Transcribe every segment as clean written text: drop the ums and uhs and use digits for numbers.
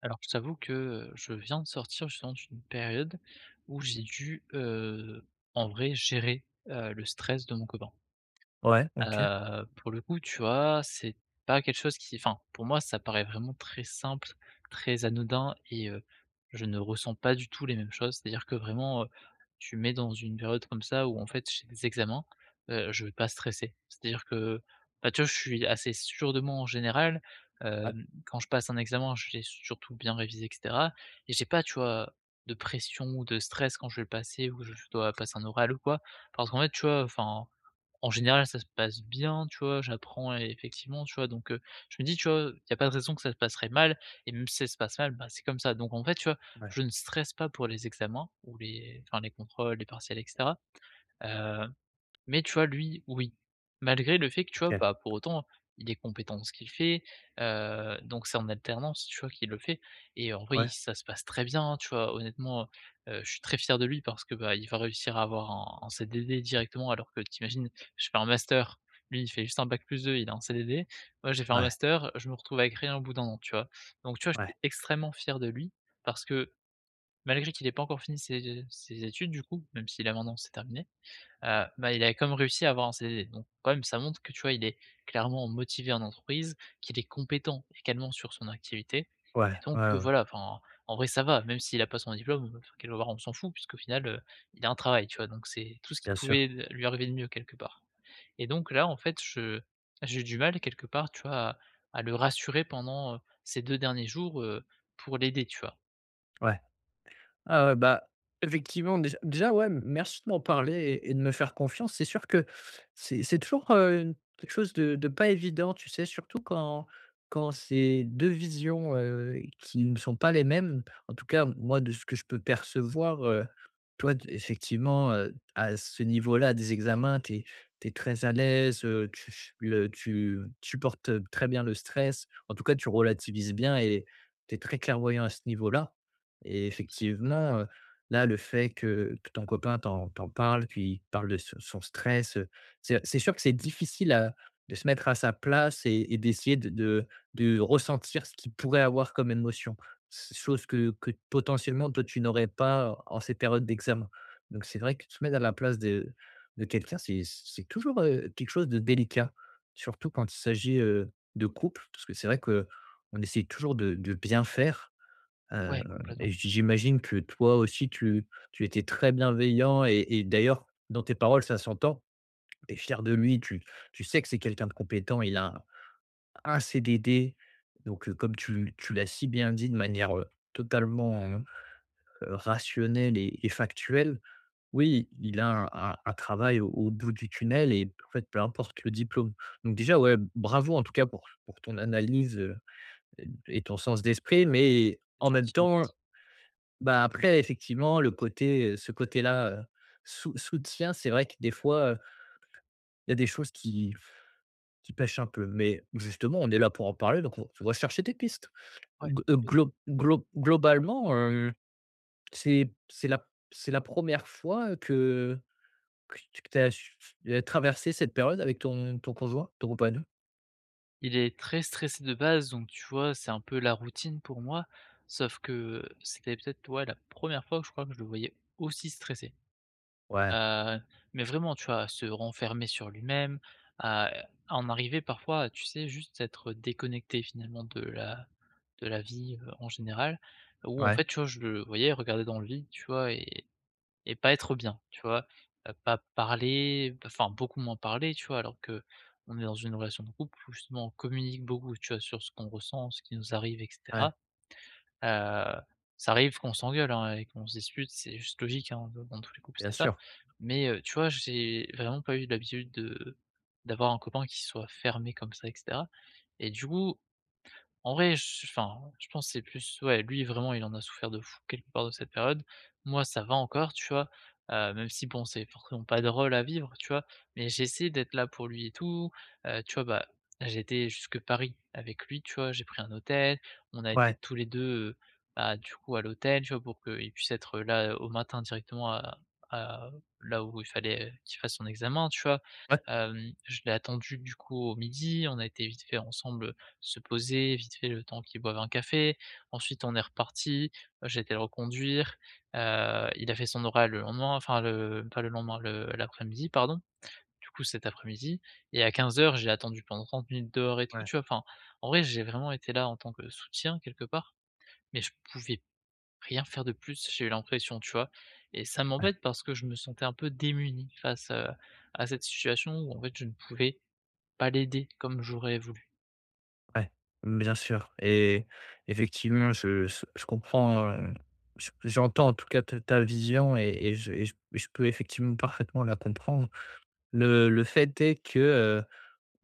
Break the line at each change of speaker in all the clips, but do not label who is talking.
Alors je t'avoue que, je viens de sortir justement d'une période où j'ai dû, en vrai gérer, le stress de mon copain.
Ouais, OK.
Pour le coup, tu vois, c'est pas quelque chose qui enfin, pour moi, ça paraît vraiment très simple, très anodin et je ne ressens pas du tout les mêmes choses. C'est-à-dire que vraiment, tu me mets dans une période comme ça où en fait, j'ai des examens, je vais pas stresser. C'est-à-dire que, bah, tu vois, je suis assez sûr de moi en général,
Ouais.
quand je passe un examen, j'ai surtout bien révisé et cetera et j'ai pas, tu vois, de pression ou de stress quand je vais le passer ou je dois passer un oral ou quoi. Parce qu'en fait, tu vois, enfin en général, ça se passe bien, tu vois? J'apprends et effectivement, tu vois? Donc, je me dis, tu vois? Il y a pas de raison que ça se passerait mal et même si ça se passe mal, bah, c'est comme ça. Donc en fait, tu vois?
Ouais,
Je ne stresse pas pour les examens ou les enfin les contrôles, les partiels et cetera. Heu mais tu vois, lui, oui. Malgré le fait que, tu vois,
OK.
bah, pour autant, il est compétent dans ce qu'il fait, donc c'est en alternance, tu vois, qu'il le fait et en vrai, il
Ouais,
ça se passe très bien, hein, tu vois? Honnêtement, je suis très fier de lui parce que, bah, il va réussir à avoir un CDD directement alors que tu imagines, je fais un master, lui, il fait juste un bac plus deux, il a un CDD. Moi, j'ai fait un
ouais,
master, je me retrouve avec rien au bout d'1 an, tu vois? Donc tu vois, je
ouais,
suis extrêmement fier de lui parce que malgré qu'il ait pas encore fini ses études du coup, même si là maintenant c'est terminé, bah, il avait quand même réussi à avoir un CDD. Donc quand même, ça montre que, tu vois, il est clairement motivé en entreprise, qu'il est compétent également sur son activité
ouais,
et donc
ouais, ouais,
voilà, enfin, en vrai, ça va, même s'il a pas son diplôme, bah, enfin, quelque part, on s'en fout puisqu'au final, il a un travail, tu vois? Donc c'est tout ce qui
bien sûr.
pouvait lui arriver de mieux quelque part et donc là, en fait, je j'ai eu du mal quelque part, tu vois, à le rassurer pendant, ces 2 derniers jours, pour l'aider, tu vois?
Ouais. Ah ouais, bah, effectivement, déjà, ouais, merci de m'en parler et de me faire confiance. C'est sûr que c'est toujours, quelque chose de pas évident, tu sais? Surtout quand c'est 2 visions, qui ne sont pas les mêmes. En tout cas, moi, de ce que je peux percevoir, toi, d effectivement, à ce niveau-là des examens, tu es très à l'aise, tu supportes très bien le stress. En tout cas, tu relativises bien et tu es très clairvoyant à ce niveau-là. Et effectivement, là, le fait que ton copain t'en parle, qu'il parle de son stress, c'est sûr que c'est difficile à de se mettre à sa place et d'essayer de ressentir ce qu'il pourrait avoir comme émotion. C Chose que potentiellement, toi, tu n'aurais pas en ces périodes d'examen. Donc c'est vrai que se mettre à la place de quelqu'un, c'est toujours, quelque chose de délicat, surtout quand il s'agit, de couples, parce que c'est vrai que on essaie toujours de bien faire. Heu
Ouais,
et
complètement.
j j'imagine que toi aussi tu étais très bienveillant et d'ailleurs dans tes paroles ça s'entend. Tu es fier de lui, tu sais que c'est quelqu'un de compétent, il a un CDD, donc comme tu l'as si bien dit de manière, totalement, rationnelle et factuelle. Oui, il a un travail au bout du tunnel et en fait peu importe le diplôme. Donc déjà ouais, bravo en tout cas pour ton analyse, heu, et ton sens d'esprit, mais
C'est
en même
gentil,
temps,
merci.
bah, après effectivement le côté, ce côté-là, soutien, c'est vrai que des fois, il y a des choses qui pêchent un peu. Mais justement, on est là pour en parler, donc on va chercher des pistes. G
Ouais.
glo glo Globalement, c'est la première fois que tu as traversé cette période avec ton conjoint, ton compagnon?
Il est très stressé de base, donc tu vois, c'est un peu la routine pour moi. Sauf que c'était peut-être, ouais, la première fois que je crois que je le voyais aussi stressé.
Ouais,
Heu, mais vraiment, tu vois, à se renfermer sur lui-même, à en arriver parfois à, tu sais, juste être déconnecté finalement de la vie, en général. Où en
ouais,
fait, tu vois, je le voyais regarder dans le vide, tu vois? Et pas être bien, tu vois? Pas parler, enfin beaucoup moins parler, tu vois? Alors que on est dans une relation de couple où justement on communique beaucoup, tu vois? Sur ce qu'on ressent, ce qui nous arrive et
ouais,
cetera. Heu, ça arrive qu'on s'engueule, hein, et qu'on se dispute, c'est juste logique, hein, dans tous les couples,
bien
c'est ça.
sûr.
Mais, tu vois, j'ai vraiment pas eu l'habitude de d'avoir un copain qui soit fermé comme ça et cetera. Et du coup en vrai, je enfin, je pense que c'est plus ouais, lui vraiment il en a souffert de fou quelque part de cette période. Moi, ça va encore, tu vois? Même si bon, c'est forcément pas drôle à vivre, tu vois? Mais j'essaie d'être là pour lui et tout, tu vois? Bah, j'étais jusque Paris avec lui, tu vois? J'ai pris un hôtel, on a été
Ouais,
tous les 2, bah, du coup à l'hôtel, tu vois? Pour qu'il puisse être là au matin directement à à là où il fallait qu'il fasse son examen, tu vois?
ouais,
Je l'ai attendu du coup au midi. On a été vite fait ensemble se poser, vite fait le temps qu'ils boivent un café. Ensuite, on est reparti j'ai été le reconduire, il a fait son oral le lendemain, enfin le pas le lendemain, le l'après-midi pardon, du coup cet après-midi et à quinze heures j'ai attendu pendant 30 minutes dehors et tout, tu vois? Enfin, en vrai, j'ai vraiment été là en tant que soutien quelque part, mais je pouvais rien faire de plus, j'ai eu l'impression, tu vois? Et ça
ouais.
m'embête parce que je me sentais un peu démuni face, à cette situation où en fait je ne pouvais pas l'aider comme j'aurais voulu.
Ouais, bien sûr, et effectivement, je comprends, je j'entends en tout cas ta vision, et je peux effectivement parfaitement la comprendre. Le fait est que,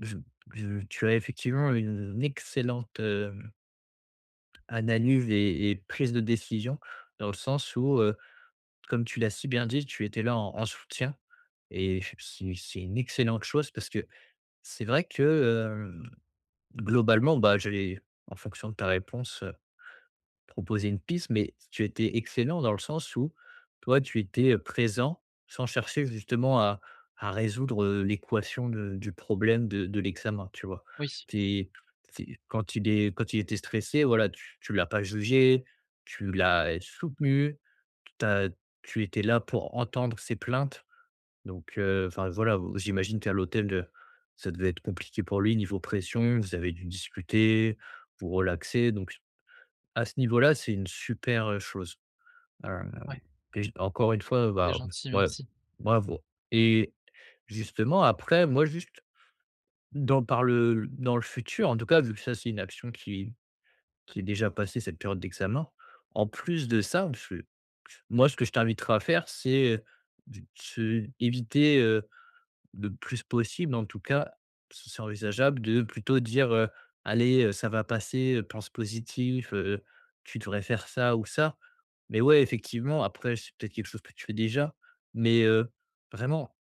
je je tu as effectivement une excellente, hem, analyse et prise de décision dans le sens où, comme tu l'as si bien dit, tu étais là en soutien, et c'est une excellente chose parce que c'est vrai que, hem, globalement, bah, j'ai, en fonction de ta réponse, proposer une piste, mais tu étais excellent dans le sens où toi, tu étais, présent sans chercher justement à résoudre, l'équation de du problème de l'examen, tu vois?
Oui,
Tu es, quand il était stressé, voilà, tu l'as pas jugé, tu l'as soutenu, tu as tu étais là pour entendre ses plaintes, donc enfin voilà, vous j'imagine qu'à l'hôtel, ça devait être compliqué pour lui niveau pression, vous avez dû discuter, vous relaxer, donc à ce niveau-là, c'est une super, chose. Heu
ouais,
et j encore une fois,
c'est
bah,
gentil,
ouais,
merci.
bravo, et justement après, moi juste dans le futur, en tout cas, vu que ça, c'est une action qui est déjà passée cette période d'examen. En plus de ça, je moi, ce que je t'inviterais à faire, c'est, d se éviter, le plus possible, en tout cas, ce c'est envisageable de plutôt dire, «Allez, ça va passer, pense positif, tu devrais faire ça ou ça». Mais ouais, effectivement, après, c'est peut-être quelque chose que tu fais déjà, mais, vraiment,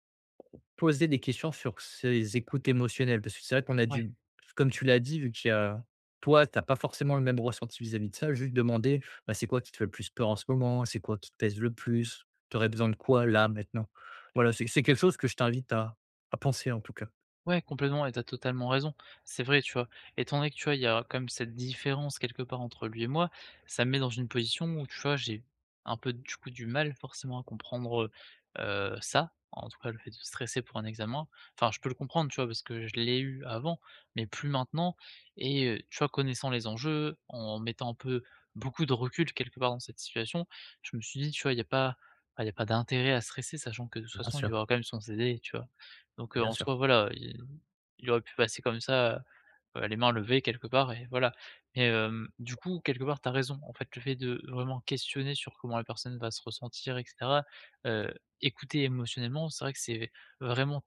poser des questions sur ces écoutes émotionnelles, parce que c'est vrai qu'on a
Ouais,
dû, comme tu l'as dit, vu que a toi, tu as pas forcément le même ressenti vis-à-vis de ça, juste demander: «Bah, c'est quoi qui te fait le plus peur en ce moment? C'est quoi qui te pèse le plus? Tu aurais besoin de quoi là, maintenant?» Voilà, c'est quelque chose que je t'invite à penser en tout cas.
ouais, complètement et tu totalement raison. C'est vrai, tu vois? Étant donné que, tu vois, il y a quand même cette différence quelque part entre lui et moi, ça me met dans une position où, tu vois, j'ai un peu, du coup, du mal forcément à comprendre, ça, en tout cas le fait de stresser pour un examen. Enfin, je peux le comprendre, tu vois? Parce que je l'ai eu avant, mais plus maintenant et tu vois, connaissant les enjeux, en mettant un peu beaucoup de recul quelque part dans cette situation, je me suis dit, tu vois, il y a pas, bah, il y a pas d'intérêt à stresser sachant que de toute
Bien
façon il va y
sûr,
avoir quand même son CD, tu vois? Donc,
bien
en
sûr.
soi, voilà, il aurait pu passer comme ça, les mains levées quelque part et voilà. Mais, du coup, quelque part, t'as raison. En fait, le fait de vraiment questionner sur comment la personne va se ressentir et cetera, heu, écouter émotionnellement, c'est vrai que c'est vraiment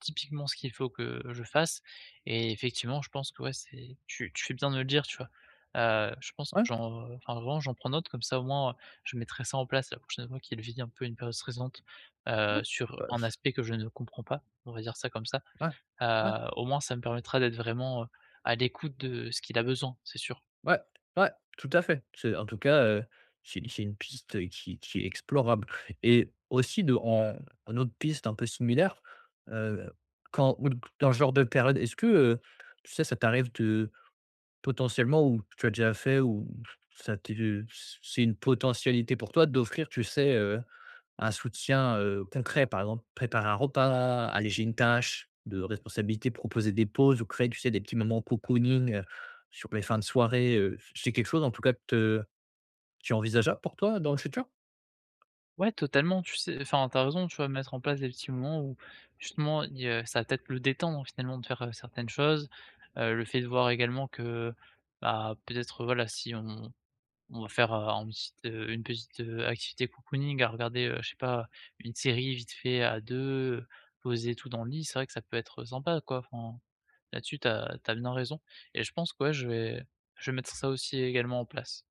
typiquement ce qu'il faut que je fasse et effectivement, je pense que ouais, c'est tu fais bien de me le dire, tu vois? Je pense que
Ouais,
j'en enfin, vraiment, j'en prends note comme ça, au moins, je mettrai ça en place la prochaine fois qu'il vit un peu une période stressante,
ouais,
sur
bah,
un aspect que je ne comprends pas, on va dire ça comme ça.
ouais, ouais.
Au moins, ça me permettra d'être vraiment, à l'écoute de ce qu'il a besoin, c'est sûr.
Ouais, ouais, tout à fait. C'est en tout cas, c'est une piste, qui est explorable, et aussi de en en autre piste un peu similaire, heu, quand ou dans ce genre de période, est-ce que, tu sais, ça t'arrive de potentiellement, ou tu as déjà fait, ou ça t'est, c'est une potentialité pour toi d'offrir, tu sais, un soutien, concret, par exemple, préparer un repas, alléger une tâche de responsabilité, proposer des pauses ou créer, tu sais, des petits moments cocooning, sur les fins de soirée, c'est quelque chose en tout cas que te qui est envisageable pour toi dans le futur?
Ouais, totalement, tu sais enfin, t'as raison, tu vois? Mettre en place des petits moments où justement il, ça va peut-être le détendre finalement de faire, certaines choses. Le fait de voir également que, bah, peut-être, voilà, si on va faire, un petite, une petite, activité cocooning à regarder, je sais pas, une série vite fait à 2, poser tout dans le lit, c'est vrai que ça peut être sympa, quoi. Enfin, là-dessus, t'as bien raison et je pense que, ouais, je vais mettre ça aussi également en place.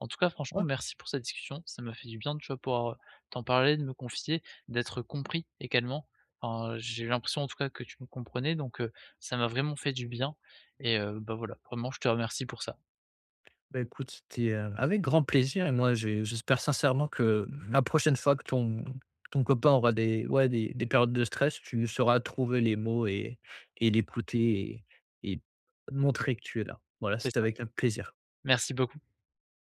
En tout cas, franchement,
Ouais.
merci pour cette discussion. Ça m'a fait du bien, tu vois, de pouvoir, t'en parler, de me confier, d'être compris également. Enfin, j'ai l'impression en tout cas que tu me comprenais, donc ça m'a vraiment fait du bien et bah, voilà, vraiment je te remercie pour ça.
Bah, écoute, c'était, avec grand plaisir, et moi j'espère sincèrement que la prochaine fois que ton copain aura des, ouais, des périodes de stress, tu sauras trouver les mots et l'écouter et montrer que tu es là. Voilà,
C'est
c'était
ça.
avec un plaisir.
Merci beaucoup.